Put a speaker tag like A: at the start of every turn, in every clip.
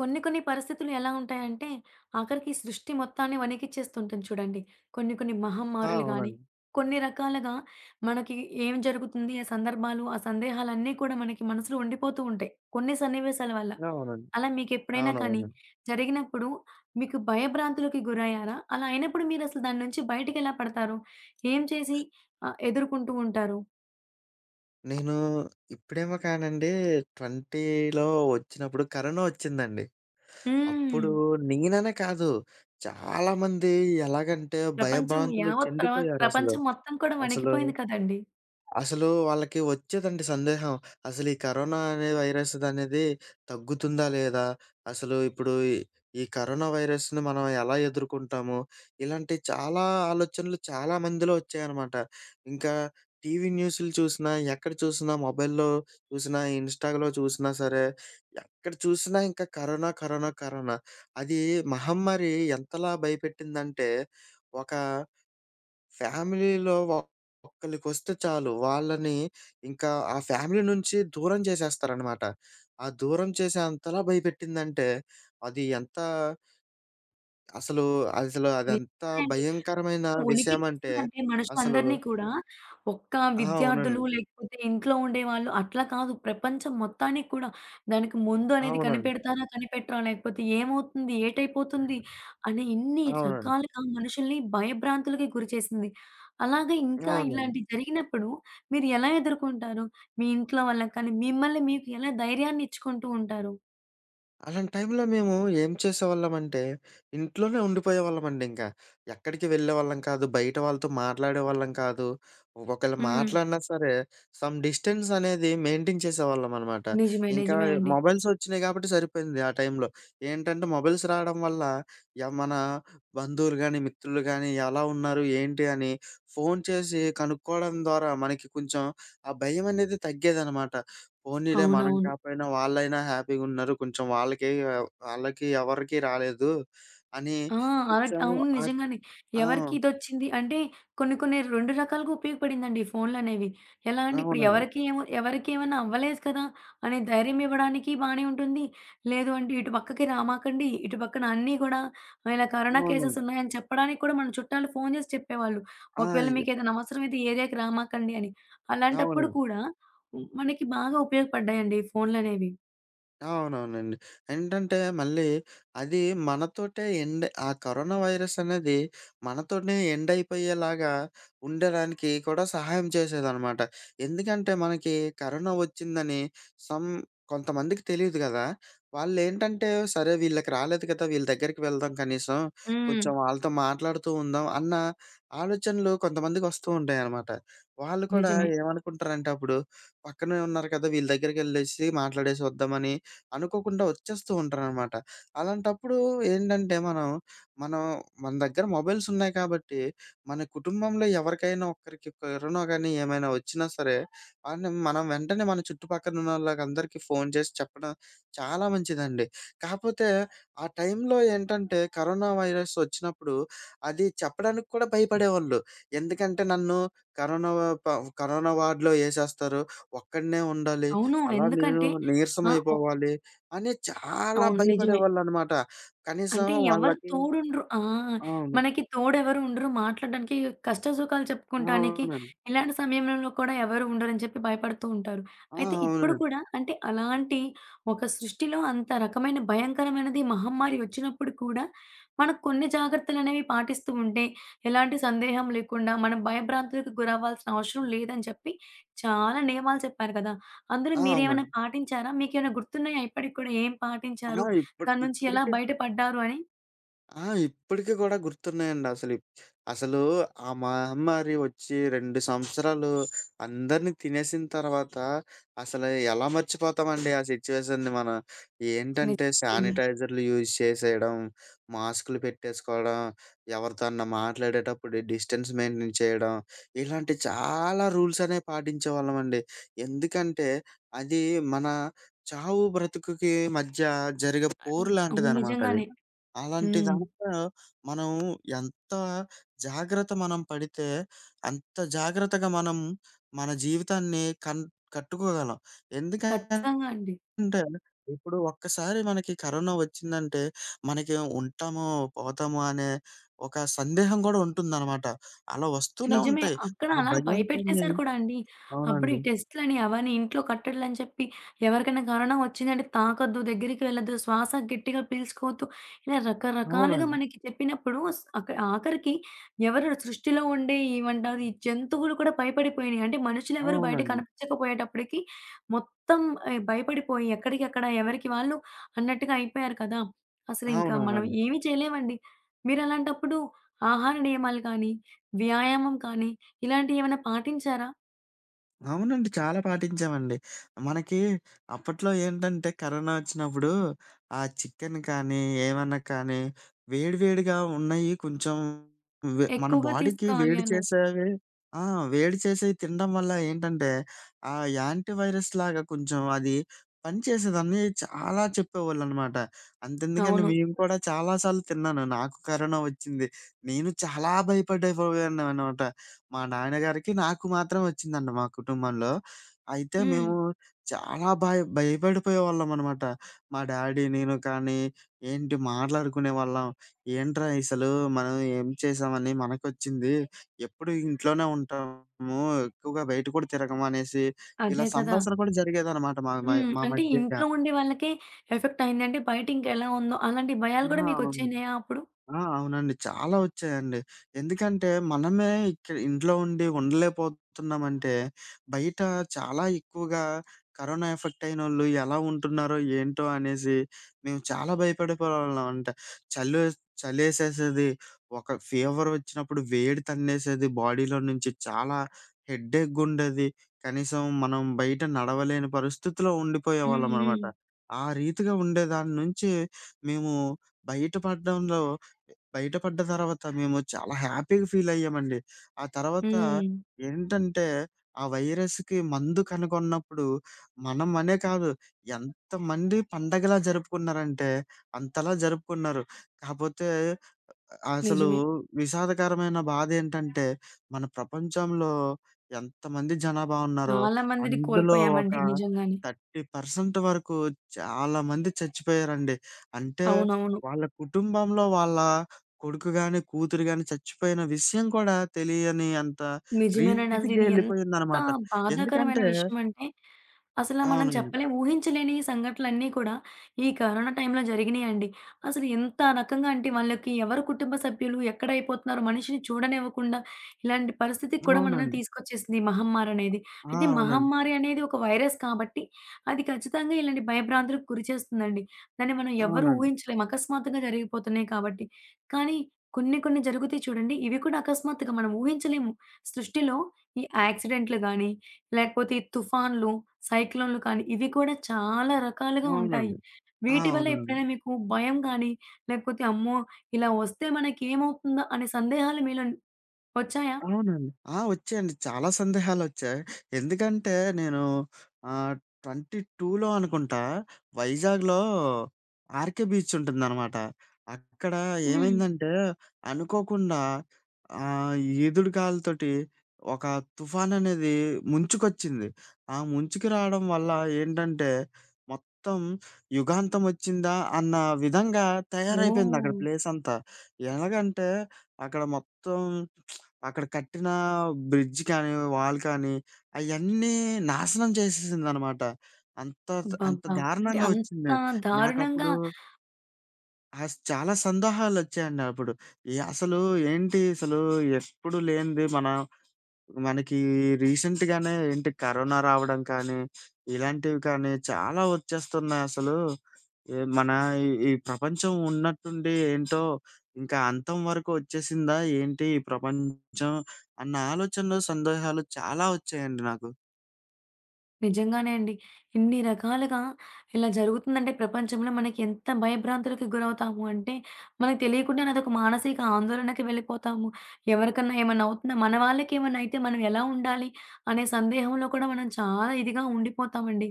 A: కొన్ని కొన్ని పరిస్థితులు ఎలా ఉంటాయంటే, ఆఖరికి సృష్టి మొత్తాన్ని వణికిచ్చేస్తుంటుంది చూడండి. కొన్ని కొన్ని
B: ఆ!
A: మహమ్మారులు గాని,
B: అవునండి.
A: కొన్ని రకాలుగా మనకి ఏం జరుగుతుంది, ఆ సందర్భాలు, ఆ సందేహాలన్నీ కూడా మనకి మనసులో ఉండిపోతూ ఉంటాయి. కొన్ని సన్నివేశాల వల్ల.
B: అవునండి.
A: అలా మీకెప్పుడైనా కానీ
B: అవునవునండి.
A: జరిగినప్పుడు మీకు భయభ్రాంతులకి గురయ్యారా? అలా అయినప్పుడు మీరసలు దాని నుంచి బయటికెలా పడతారు? ఏం చేసి ఎదుర్కొంటూ ఉంటారు?
B: నేను ఇప్పుడేమో కానండి, 20లో వచ్చినప్పుడు కరోనా వచ్చిందండి. అప్పుడు
A: హ్మ్.
B: నేననే కాదు, చాలామంది ఎలాగంటే
A: ప్రపంచం
B: భయభ్రాంతులు
A: యావత్ ప్రవ
B: చెందిపోయారసలు.
A: ప్రపంచం మొత్తం కూడా
B: అసలు
A: వణికిపోయింది కదండీ!
B: అసలు వాళ్ళకి వచ్చేదండి సందేహం. అసలు ఈ కరోనా అనే వైరస్ అనేది తగ్గుతుందా? లేదా? అసలు ఇప్పుడు ఈ ఈ కరోనా వైరస్‌ని మనం ఎలా ఎదుర్కుంటాము? ఇలాంటి చాలా ఆలోచనలు చాలా మందిలో వచ్చాయనమాట. ఇంకా టీవీ న్యూస్‌లు చూసినా, ఎక్కడ చూసినా, మొబైల్‌లో చూసినా, ఇన్‌స్టా‌లో చూసినా సరే, ఎక్కడ చూసినా ఇంకా కరోనా, కరోనా, కరోనా. అది మహమ్మారి ఎంతలా భయపెట్టిందంటే, ఒక ఫ్యామిలీలో ఒక్కళ్ళకొస్తే చాలు. వాళ్ళని ఇంకా ఆ ఫ్యామిలీ నుంచి దూరం చేసేస్తారనమాట. ఆ దూరం చేసేంతలా భయపెట్టిందంటే, అది ఎంత అసలు, అసలు అదెంత
A: నిజమేనండి.
B: భయంకరమైన
A: ఎంత
B: విషయమంటే
A: వణికిచ్చేస్తుందంటే
B: అసలు.
A: మనుషులందరిని కూడా ఒక్క
B: ఆ!
A: విద్యార్థులు
B: అవునండి.
A: లేకపోతే ఇంట్లో ఉండేవాళ్ళు అట్లా కాదు. ప్రపంచం మొత్తానికి కూడా దానికి ముందు అనేది
B: అవునండి.
A: కనిపెడతారా? కనిపెట్టరా? లేకపోతే ఏమవుతుంది? ఏటైపోతుంది? అని ఇన్ని
B: అవునండి.
A: రకాలుగా మనుషుల్ని భయభ్రాంతులకి గురిచేసింది. అలాగే ఇంకా
B: అవునండి.
A: ఇలాంటివి జరిగినప్పుడు మీరు ఎలా ఎదుర్కొంటారు? మీ ఇంట్లో వాళ్ళకి కానీ మిమ్మల్ని మీకు ఎలా ధైర్యాన్ని ఇచ్చుకుంటూ ఉంటారు?
B: అలాంటి టైంలో మేము ఏం చేసేవాళ్ళమంటే, ఇంట్లోనే ఉండిపోయేవాళ్ళమండి ఇంకా. ఎక్కడికి వెళ్ళేవాళ్ళం కాదు. బయట వాళ్ళతో మాట్లాడేవాళ్ళం కాదు. ఒకవేళ
A: హ్మ్.
B: మాట్లాడినా సరే, సమ్ డిస్టెన్స్ అనేది మెయింటైన్ చేసేవాళ్ళమనమాట.
A: నిజమే.
B: ఇంకా
A: నిజమే అండి.
B: మొబైల్స్ వచ్చినాయి కాబట్టి సరిపోయింది ఆ టైంలో. ఏంటంటే మొబైల్స్ రావడం వల్ల మన బంధువులు గానీ, మిత్రులు గానీ ఎలా ఉన్నారు, ఏంటి అని ఫోను చేసి కనుక్కోవడం ద్వారా మనకి కొంచెం ఆ భయం అనేది తగ్గేదనమాట. పోనీలే మనం
A: అవునవును.
B: కాపోయినా వాళ్ళైనా హ్యాపీగున్నారు. కొంచెం వాళ్ళకి వాళ్ళకి ఎవరికీ రాలేదు అని
A: ఆ!
B: కొంచెం
A: అవును.
B: అట్
A: నిజంగానే.
B: ఆ!
A: ఎవరికి ఇదొచ్చింది అంటే కొన్ని కొన్ని 2 రకాలుగా ఉపయోగపడిందండి ఈ ఫోన్‌లనేవి. ఎలా అంటే ఇప్పుడు
B: అవునండి.
A: ఎవరికి ఏమో ఎవరికి ఏమైనా అవ్వలేదు కదా! అనే ధైర్యం ఇవ్వడానికి బానే ఉంటుంది. లేదు అంటే ఇటు పక్కకి రామాకండి, ఇటు పక్కన అన్నీ కూడా ఇలా కరోనా కేసెస్
B: అవునండి.
A: ఉన్నాయని చెప్పడానికి కూడా మన చుట్టాలు ఫోన్ చేసి చెప్పేవాళ్ళు.
B: ఆ!
A: ఒకవేళ
B: ఎ
A: మీకేదైనా అవసరమైతే ఈ ఏరియాకి రామాకండి అని. అలాంటప్పుడు
B: అవునండి.
A: కూడా మనకి బాగా ఉపయోగపడ్డాయండి ఈ ఫోన్‌లనేవి.
B: అవునవునండి. ఏంటంటే మళ్ళీ అది మనతోటే ఎండ్ ఆ కరోనా వైరస్ అనేది మనతోనే ఎండ్ అయిపోయేలాగా ఉండడానికి కూడా సహాయం చేసేదనమాట. ఎందుకంటే మనకి కరోనా వచ్చిందని సమ్ కొంతమందికి తెలీదు గదా! వాళ్ళేంటంటే, సరే వీళ్ళకి రాలేదు కదా! వీళ్ళ దగ్గరికి వెళ్దాం కనీసం.
A: హ్మ్.
B: కొంచెం వాళ్ళతో మాట్లాడుతూ ఉందాం అన్న ఆలోచనలు కొంతమందికి వస్తూ ఉంటాయనమాట. వాళ్ళు కూడా
A: నిజమే.
B: ఏమనుకుంటారంటే, అప్పుడు పక్కనే ఉన్నారు కదా! వీళ్ళ దగ్గరికెళ్ళేసి మాట్లాడేసి వద్దామని అనుకోకుండా వచ్చేస్తూ ఉంటారనమాట. అలాంటప్పుడు ఏంటంటే, మనం మన దగ్గర మొబైల్స్ ఉన్నాయి కాబట్టి, మన కుటుంబంలో ఎవరికైనా ఒక్కరికి కరోనా గానీ ఏమైనా వచ్చినా సరే, అని మనం వెంటనే మన చుట్టుపక్కన ఉన్నోళ్ళకందరికీ ఫోను చేసి చెప్పడం చాలా మంచిదండి. కాకపోతే ఆ టైంలో ఏంటంటే కరోనా వైరస్ వచ్చినప్పుడు అది చెప్పడానికి కూడా భయపడేవాళ్ళు. ఎందుకంటే నన్ను కరోనా వా- ప కరోనా వార్డ్‌లో ఏసేస్తారు. ఒక్కడినే ఉండాలి.
A: అవును.
B: అలా నేను
A: ఎందుకంటే
B: నీరసం
A: ఆ!
B: అయిపోవాలి అని చాలా
A: అవును. నిజమే.
B: భయపడేవాళ్ళనమాట. కనీసం
A: అంటే ఎవరు
B: వాళ్ళకి
A: తోడుండరు. ఆ!
B: అవును.
A: మనకి తోడెవరు ఉండరు. మాట్లాడడానికి కష్ట సుఖాలు చెప్పుకుంటానికి
B: అవునండి.
A: ఇలాంటి సమయంలో కూడా ఎవరు ఉండరని చెప్పి భయపడుతూ ఉంటారు.
B: ఆ!
A: అయితే ఇప్పుడు
B: అవునండి.
A: కూడా అంటే అలాంటి ఒక సృష్టిలో అంత రకమైన భయంకరమైనది మహమ్మారి వచ్చినప్పుడు కూడా మనం కొన్ని జాగ్రత్తలనేవి పాటిస్తూ ఉంటే ఎలాంటి సందేహం లేకుండా మనం భయభ్రాంతులకు గురవ్వాల్సిన అవసరం లేదని చెప్పి చాలా నియమాలు చెప్పారు కదా! అందులో
B: ఆ!
A: మీరేమైనా
B: అవునండి.
A: పాటించారా? మీకేమైనా గుర్తున్నాయా ఇప్పటికి కూడా ఏం
B: ఆ!
A: పాటించారు?
B: ఇప్పుడు
A: దాని నుంచి ఎలా
B: ఇప్పటికి
A: బయట పడ్డారు అని
B: ఆ! ఇప్పటికి గూడా గుర్తున్నాయండి అసలు. అసలు ఆ మహమ్మారి వచ్చి 2 సంవత్సరాలు అందరిని తినేసిన తర్వాత అసలు ఎలా మర్చిపోతామండి ఆ సిట్యుయేషన్‌ని మనం. ఏంటంటే
A: నిజంగా అండి.
B: శానిటైజర్‌లు యూజ్ చేసేయడం, మాస్కులు పెట్టేసుకోవడం, ఎవరితో అన్నా మాట్లాడేటప్పుడు డిస్టెన్స్ మెయింటైన్ చేయడం, ఇలాంటి చాలా రూల్స్ అనేవి పాటించేవాళ్ళమండి. ఎందుకంటే అది మన చావు బ్రతుకుకి మధ్య జరిగే
A: అన్
B: పోరు
A: అవును
B: లాంటిదనమాట అది.
A: నిజంగానే.
B: అలాంటి
A: హ్మ్.
B: దాంట్లో మనం ఎంత జాగ్రత్త మనం పడితే, అంత జాగ్రత్తగా మనం మన జీవితాన్ని కట్టుకోగలం. ఎందుకంటే,
A: ఖచ్చితంగా అండి.
B: ఇప్పుడు ఒక్కసారి మనకి కరోనా వచ్చిందంటే, మనకి ఉంటామో, పోతామో అనే ఒక సందేహం గూడా ఉంటుందనమాట. అలా వస్తూనే
A: నిజమే.
B: ఉంటాయి.
A: అక్కడ
B: ఆ
A: అలా
B: భయంతోనే.
A: భయపెట్టేసారు కూడా అండి. అప్పుడు ఈ
B: అవునండి.
A: టెస్ట్‌లని అవని ఇంట్లో కట్టడలని చెప్పి ఎవరికైనా కరోనా వచ్చిందంటే తాకొద్దు, దగ్గరికి వెళ్ళొద్దు, శ్వాస గట్టిగా పీల్చుకోవద్దు. ఇలా రకరకాలుగా
B: అవునండి.
A: మనకి చెప్పినప్పుడు స్ అక ఆఖరికి ఎవరు సృష్టిలో ఉండే ఏమంటారు ఈ జంతువులు కూడా భయపడిపోయినాయి. అంటే మనుషులెవరు బయట
B: అవునండి.
A: కనిపించకపోయేటప్పటికి మొత్తం భయపడిపోయి ఎక్కడికక్కడ ఎవరికి వాళ్ళు అన్నట్టుగా అయిపోయారు కదా! అసలు ఇంకా మనం
B: అవునవునండి.
A: ఏమి చేయలేమండి. మీరలాంటప్పుడు ఆహార నియమాలు కానీ వ్యాయామం కానీ, ఇలాంటియేమైనా పాటించారా?
B: అవునండి. చాలా పాటించామండి. మనకి అప్పట్లో ఏంటంటే కరోనా ఒచ్చినప్పుడు ఆ చికెన్ కానీ, ఏమన్నా కానీ వేడి వేడిగా ఉన్నయి, కొంచెం మన
A: ఎక్కువగా
B: బాడీకి
A: తీసుకోవాలి
B: వేడి
A: అన్నారు.
B: చేసేవి. ఆ! వేడి చేసేవి తినడం వల్ల ఏంటంటే ఆ యాంటీ వైరస్ లాగా కొంచెం అది పనిచేసేదని చాలా చెప్పేవాళ్ళనమాట. అంతెందుకండి,
A: అవును.
B: మేము కూడా చాలా సార్లు తిన్నాను. నాకు కరోనా ఒచ్చింది. నేను చాలా భయపడైపోయాననమాట. మా నాన్నగారికి, నాకు మాత్రం వచ్చిందండి మా కుటుంబంలో. అయితే
A: హ్మ్.
B: మేము చాలా భయపడిపోయేవాళ్ళమనమాట. మా డ్యాడీ, నేను కానీ ఏంటి మాట్లాడుకునేవాళ్ళం. ఏంట్రా అసలు మనం ఏం చేశామని మనకొచ్చింది. ఎప్పుడు ఇంట్లోనే ఉంటాము. ఎక్కువగా బయట కూడా తిరగము అనేసి ఇలా
A: అదే కదా!
B: సంభాషణ కూడా జరిగేదనమాట మా మై
A: హ్మ్.
B: మా
A: అంటే
B: మధ్య.
A: ఇంట్లో ఉండే వాళ్ళకే ఎఫెక్ట్ అయిందంటే, బయట ఇంకెలా ఉందో అలాంటి
B: ఆ!
A: భయాలు కూడా
B: అవును.
A: మీకొచ్చేయినాయా అప్పుడు?
B: ఆ! అవునండి. చాలా వచ్చాయండి. ఎందుకంటే మనమే ఇక్కడ ఇంట్లో ఉండి ఉండలేకపోతున్నామంటే, బయట చాలా ఎక్కువగా కరోనా ఎఫెక్ట్ అయినోళ్ళు ఎలా ఉంటున్నారో ఏంటో అనేసి మేము చాలా భయపడిపోయేవాళ్ళం. అంటే చలేస్ చలేసేసేది. ఒక ఫీవర్ వచ్చినప్పుడు వేడి తన్నేసేది బాడీలో నుంచి. చాలా హెడ్డేక్‌గుండేది. కనీసం మనం బయట నడవలేని పరిస్థితిలో
A: హ్మ్.
B: ఉండిపోయేవాళ్ళమనమాట.
A: హ్మ్.
B: ఆ రీతిగా ఉండే దాని నుంచి మేము బయట పడడంలో బయటపడ్డ తర్వాత మేము చాలా హ్యాపీగా ఫీలయ్యామండి. ఆ తర్వాత
A: హ్మ్.
B: ఏంటంటే, ఆ వైరస్‌కి మందు కనుగొన్నప్పుడు మనం అనే కాదు, ఎంతమంది పండగలా జరుపుకున్నారంటే, అంతలా జరుపుకున్నారు. కాపోతే అసలు
A: నిజమే.
B: విషాదకరమైన బాధేంటంటే, మన ప్రపంచంలో ఎంతమంది జనాభా ఉన్నారో,
A: చాలా మందిని
B: అందులో ఒక
A: కోల్పోయామండి నిజంగానే.
B: 30% వరకు చాలా మంది చచ్చిపోయారండి. అంటే
A: అవునవును.
B: వాళ్ళ కుటుంబంలో వాళ్ళ కొడుకు గాని, కూతురు గాని చచ్చిపోయిన విషయం కూడా తెలియని అంత
A: నిజమేనండి.
B: రీతికి
A: అసలిది ఎంత
B: ఎళ్ళిపోయిందనమాట.
A: బాధాకరమైన
B: ఎందుకంటే
A: విషయమంటే, అసల మనం
B: అవునండి.
A: చెప్పలేం. ఊహించలేని ఈ సంఘటనలన్నీ కూడా ఈ కరోనా టైంలో జరిగినియండి. అసలు ఎంత రకంగా అంటే వాళ్ళకి ఎవరు కుటుంబ సభ్యులు, ఎక్కడైపోతున్నారు, మనిషిని చూడనివ్వకుండా ఇలాంటి పరిస్థితికి కూడా మనల్ని
B: అవునండి.
A: తీసుకొచ్చేసింది ఈ మహమ్మారనేది.
B: ఆ!
A: అయితే
B: అవునండి.
A: మహమ్మారి అనేది ఒక వైరస్ కాబట్టి అది ఖచ్చితంగా ఇలాంటి భయభ్రాంతులకు గురి చేస్తుందండి. దాన్ని మనం ఎవ్వరు
B: అవునండి.
A: ఊహించలేం. అకస్మాత్తుగా జరిగిపోతున్నాయి కాబట్టి. కానీ కొన్ని కొన్ని జరుగుతాయి చూడండి. ఇవి కూడా అకస్మాత్తుగా మనం ఊహించలేము. సృష్టిలో ఈ యాక్సిడెంట్లు గాని, లేకపోతే ఈ తుఫాన్లు, సైక్లోన్‌లు కానీ ఇవి కూడా చాలా రకాలుగా ఉంటాయి.
B: అవునండి. ఆ!
A: వీటి వల్ల
B: అవునండి.
A: ఎప్పుడైనా మీకు భయం గాని, లేకపోతే అమ్మో! ఇలా వస్తే మనకేమవుతుందా అనే సందేహాలు మీలో వచ్చాయా?
B: అవునండి. ఆ! వచ్చాయండి. చాలా సందేహాలొచ్చాయి. ఎందుకంటే నేను ఆహ్, 22లో అనుకుంటా వైజాగ్‌లో 'ఆర్‌కే బీచ్' ఉంటుందనమాట. అక్కడ
A: హ్మ్.
B: ఏమైందంటే అనుకోకుండా ఆహ్, ఈదుడుగాలితోటి ఒక తుఫాననేది ముంచుకొచ్చింది. ఆ ముంచుకి రావడం వల్ల ఏంటంటే మొత్తం యుగాంతం వచ్చిందా అన్న విధంగా తయారైపోయిందక్కడ
A: ఓహ్!
B: ప్లేసంతా. ఎలాగంటే అక్కడ మొత్తం అక్కడ కట్టిన బ్రిడ్జ్ కానీ, వాల్ కానీ అయన్నీ నాశనం చేసేసిందనమాట. అంత అంత
A: అబ్బబ్బా! అంటే
B: దారుణంగా
A: అంత
B: వచ్చింది.
A: దారుణంగా
B: నాకప్పుడు చాలా సందేహాలొచ్చాయండి అప్పుడు. అసలు ఏంటి అసలు ఎప్పుడు లేనిది మన మనకి రీసెంట్‌గానే ఏంటి కరోనా రావడం కానీ, ఇలాంటివి కానీ చాలా వచ్చేస్తున్నాయసలు. మన ఈ ఈ ప్రపంచం ఉన్నట్టుండి ఏంటో ఇంకా అంతం వరకు వచ్చేసిందా ఏంటి ఈ ప్రపంచం అన్న ఆలోచనలు, సందేహాలు చాలా వచ్చాయండి నాకు.
A: నిజంగానే అండి. ఇన్ని రకాలుగా ఇలా జరుగుతుందంటే ప్రపంచంలో మనకి ఎంత భయభ్రాంతులకు గురవుతాము అంటే, మనకు తెలియకుండానే అదొక మానసిక ఆందోళనకి వెళ్ళిపోతాము. ఎవరికన్నా ఏమన్నా అవుతుందా? మన వాళ్ళకి ఏమన్నా అయితే మనం ఎలా ఉండాలి? అనే సందేహంలో కూడా మనం చాలా ఇదిగా ఉండిపోతామండి.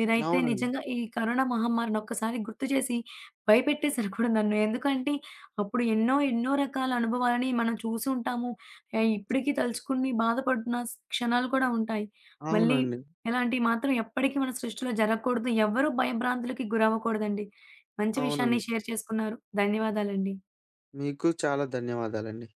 A: మీరైతే
B: అవునండి.
A: నిజంగా ఈ కరోనా మహమ్మారిని ఒక్కసారి గుర్తు చేసి భయపెట్టేసారు కూడా నన్ను. ఎందుకంటే అప్పుడు ఎన్నో ఎన్నో రకాల అనుభవాలని మనం చూసి ఉంటాము. ఇప్పటికి తలుచుకుని బాధపడుతున్న క్షణాలు కూడా ఉంటాయి. మళ్ళీ
B: అవునండి.
A: ఇలాంటివి మాత్రం ఎప్పటికీ మన సృష్టిలో జరగకూడదు. ఎవ్వరూ భయభ్రాంతులకి గురవ్వకూడదండి. మంచి విషయాన్ని
B: అవునండి.
A: షేర్ చేసుకున్నారు. ధన్యవాదాలండి.
B: మీకు చాలా ధన్యవాదాలండి.